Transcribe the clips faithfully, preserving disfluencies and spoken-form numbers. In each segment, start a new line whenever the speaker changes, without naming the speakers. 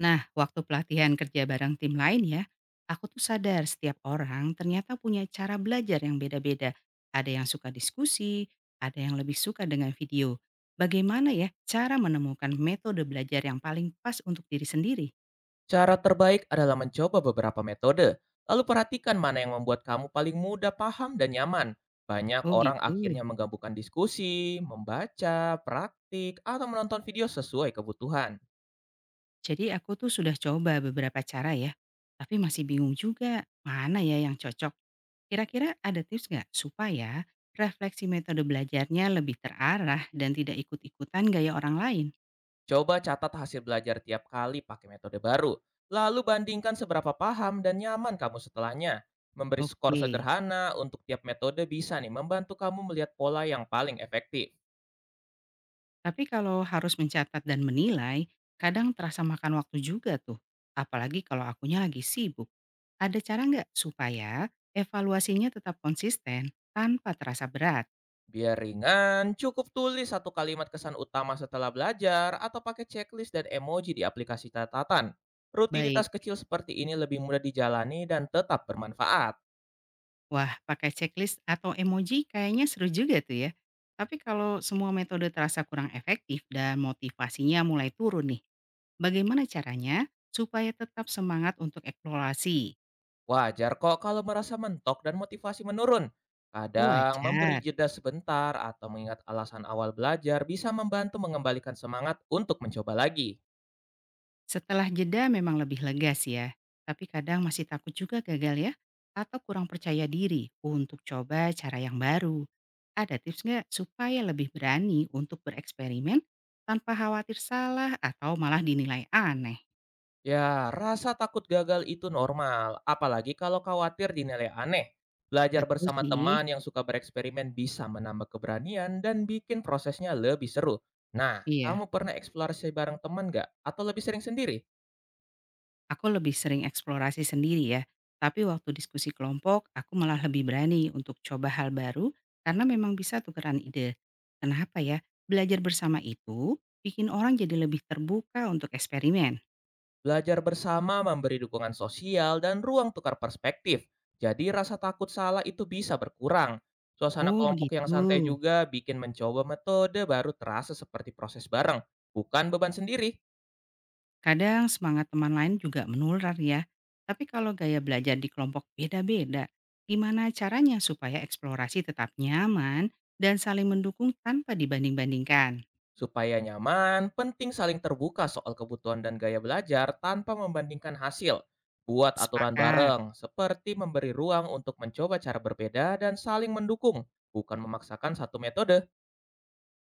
Nah, waktu pelatihan kerja bareng tim lain ya, aku tuh sadar setiap orang ternyata punya cara belajar yang beda-beda. Ada yang suka diskusi, ada yang lebih suka dengan video. Bagaimana ya cara menemukan metode belajar yang paling pas untuk diri sendiri?
Cara terbaik adalah mencoba beberapa metode, lalu perhatikan mana yang membuat kamu paling mudah paham dan nyaman. Banyak
Oh
orang
gitu.
akhirnya menggabungkan diskusi, membaca, praktik, atau menonton video sesuai kebutuhan.
Jadi aku tuh sudah coba beberapa cara ya, tapi masih bingung juga mana ya yang cocok. Kira-kira ada tips nggak supaya refleksi metode belajarnya lebih terarah dan tidak ikut-ikutan gaya orang lain?
Coba catat hasil belajar tiap kali pakai metode baru, lalu bandingkan seberapa paham dan nyaman kamu setelahnya. Memberi skor
Oke,
sederhana untuk tiap metode bisa nih membantu kamu melihat pola yang paling efektif.
tapi kalau harus mencatat dan menilai, kadang terasa makan waktu juga tuh. Apalagi kalau akunya lagi sibuk. Ada cara nggak supaya evaluasinya tetap konsisten tanpa terasa berat?
Biar ringan, cukup tulis satu kalimat kesan utama setelah belajar atau pakai checklist dan emoji di aplikasi catatan. Rutinitas
Baik,
kecil seperti ini lebih mudah dijalani dan tetap bermanfaat.
wah pakai checklist atau emoji kayaknya seru juga tuh ya. Tapi kalau semua metode terasa kurang efektif dan motivasinya mulai turun nih, bagaimana caranya supaya tetap semangat untuk eksplorasi?
Wajar kok kalau merasa mentok dan motivasi menurun. Kadang memberi
Wajar.
jeda sebentar atau mengingat alasan awal belajar bisa membantu mengembalikan semangat untuk mencoba lagi.
Setelah jeda memang lebih lega sih ya, tapi kadang masih takut juga gagal ya, atau kurang percaya diri untuk coba cara yang baru. Ada tips nggak supaya lebih berani untuk bereksperimen tanpa khawatir salah atau malah dinilai aneh?
Ya, rasa takut gagal itu normal, apalagi kalau khawatir dinilai aneh. Belajar
Betul
bersama
sih,
teman yang suka bereksperimen bisa menambah keberanian dan bikin prosesnya lebih seru. Nah,
iya.
kamu pernah eksplorasi bareng teman nggak? Atau lebih sering sendiri?
Aku lebih sering eksplorasi sendiri ya, tapi waktu diskusi kelompok, aku malah lebih berani untuk coba hal baru karena memang bisa tukeran ide. Kenapa ya? Belajar bersama itu bikin orang jadi lebih terbuka untuk eksperimen.
Belajar bersama memberi dukungan sosial dan ruang tukar perspektif. Jadi rasa takut salah itu bisa berkurang. Suasana
Oh
kelompok yang
begitu.
santai juga bikin mencoba metode baru terasa seperti proses bareng, bukan beban sendiri.
Kadang semangat teman lain juga menular ya. Tapi kalau gaya belajar di kelompok beda-beda, gimana caranya supaya eksplorasi tetap nyaman dan saling mendukung tanpa dibanding-bandingkan?
Supaya nyaman, penting saling terbuka soal kebutuhan dan gaya belajar tanpa membandingkan hasil. Buat aturan
Sepakat.
bareng, seperti memberi ruang untuk mencoba cara berbeda dan saling mendukung, bukan memaksakan satu metode.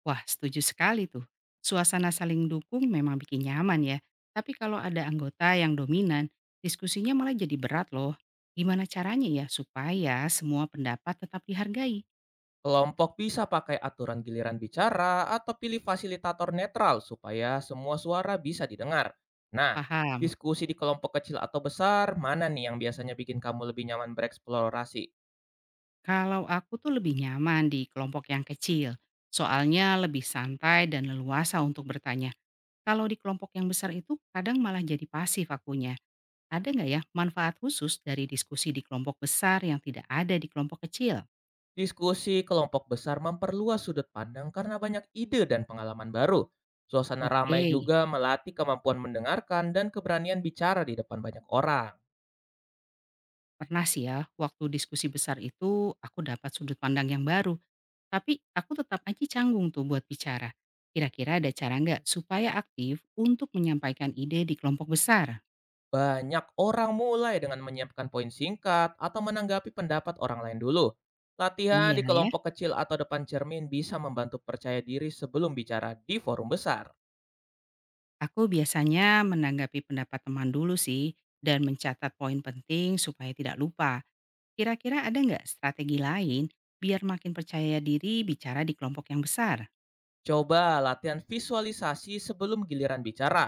Wah, setuju sekali tuh. Suasana saling dukung memang bikin nyaman ya. Tapi kalau ada anggota yang dominan, diskusinya malah jadi berat loh. Gimana caranya ya supaya semua pendapat tetap dihargai?
Kelompok bisa pakai aturan giliran bicara atau pilih fasilitator netral supaya semua suara bisa didengar. Nah,
Paham.
diskusi di kelompok kecil atau besar, mana nih yang biasanya bikin kamu lebih nyaman bereksplorasi?
Kalau aku tuh lebih nyaman di kelompok yang kecil. Soalnya lebih santai dan leluasa untuk bertanya. Kalau di kelompok yang besar itu kadang malah jadi pasif akunya. Ada nggak ya manfaat khusus dari diskusi di kelompok besar yang tidak ada di kelompok kecil?
Diskusi kelompok besar memperluas sudut pandang karena banyak ide dan pengalaman baru. Suasana
Oke.
ramai juga melatih kemampuan mendengarkan dan keberanian bicara di depan banyak orang.
Pernah sih ya, waktu diskusi besar itu aku dapat sudut pandang yang baru, tapi aku tetap aja canggung tuh buat bicara. Kira-kira ada cara nggak supaya aktif untuk menyampaikan ide di kelompok besar?
Banyak orang mulai dengan menyiapkan poin singkat atau menanggapi pendapat orang lain dulu. Latihan
Iya
di
ya,
kelompok kecil atau depan cermin bisa membantu percaya diri sebelum bicara di forum besar.
aku biasanya menanggapi pendapat teman dulu sih, dan mencatat poin penting supaya tidak lupa. Kira-kira ada nggak strategi lain biar makin percaya diri bicara di kelompok yang besar?
Coba latihan visualisasi sebelum giliran bicara.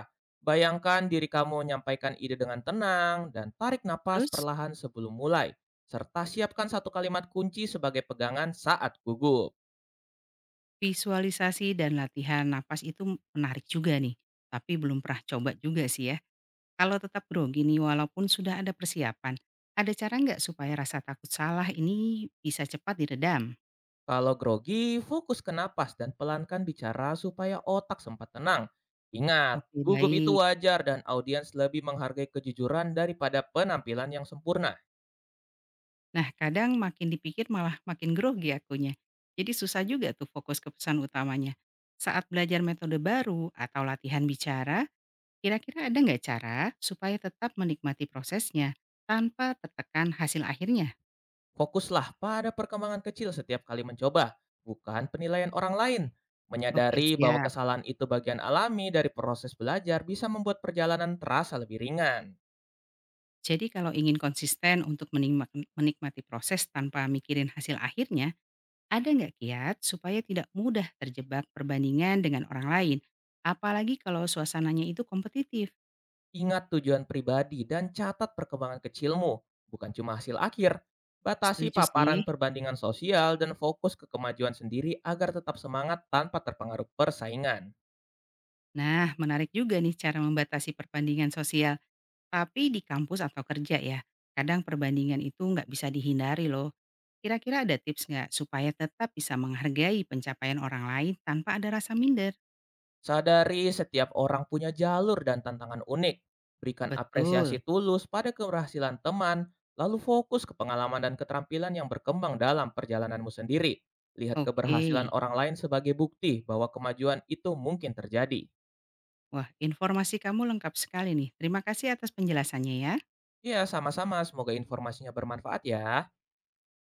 Bayangkan diri kamu menyampaikan ide dengan tenang dan tarik napas
Terus?
perlahan sebelum mulai. Serta siapkan satu kalimat kunci sebagai pegangan saat gugup.
Visualisasi dan latihan napas itu menarik juga nih, tapi belum pernah coba juga sih ya. Kalau tetap grogi nih walaupun sudah ada persiapan, ada cara nggak supaya rasa takut salah ini bisa cepat diredam?
Kalau grogi, fokus ke napas dan pelankan bicara supaya otak sempat tenang. Ingat,
Oke
gugup itu
baik.
wajar dan audiens lebih menghargai kejujuran daripada penampilan yang sempurna.
Nah kadang makin dipikir malah makin grogi akunya. Jadi susah juga tuh fokus ke pesan utamanya. Saat belajar metode baru atau latihan bicara, kira-kira ada nggak cara supaya tetap menikmati prosesnya tanpa tertekan hasil akhirnya?
Fokuslah pada perkembangan kecil setiap kali mencoba, bukan penilaian orang lain.
Oke
Menyadari bahwa
siap.
kesalahan itu bagian alami dari proses belajar bisa membuat perjalanan terasa lebih ringan.
Jadi kalau ingin konsisten untuk menimak- menikmati proses tanpa mikirin hasil akhirnya, ada nggak kiat supaya tidak mudah terjebak perbandingan dengan orang lain? Apalagi kalau suasananya itu kompetitif.
Ingat tujuan pribadi dan catat perkembangan kecilmu, bukan cuma hasil akhir. Batasi
Setuju sih.
paparan perbandingan sosial dan fokus ke kemajuan sendiri agar tetap semangat tanpa terpengaruh persaingan.
Nah, menarik juga nih cara membatasi perbandingan sosial. Tapi di kampus atau kerja ya, kadang perbandingan itu nggak bisa dihindari loh. Kira-kira ada tips nggak supaya tetap bisa menghargai pencapaian orang lain tanpa ada rasa minder?
Sadari setiap orang punya jalur dan tantangan unik. Berikan apresiasi
Betul.
tulus pada keberhasilan teman, lalu fokus ke pengalaman dan keterampilan yang berkembang dalam perjalananmu sendiri. Lihat
Oke.
keberhasilan orang lain sebagai bukti bahwa kemajuan itu mungkin terjadi.
Wah, informasi kamu lengkap sekali nih. Terima kasih atas penjelasannya ya.
Ya, sama-sama. Semoga informasinya bermanfaat ya.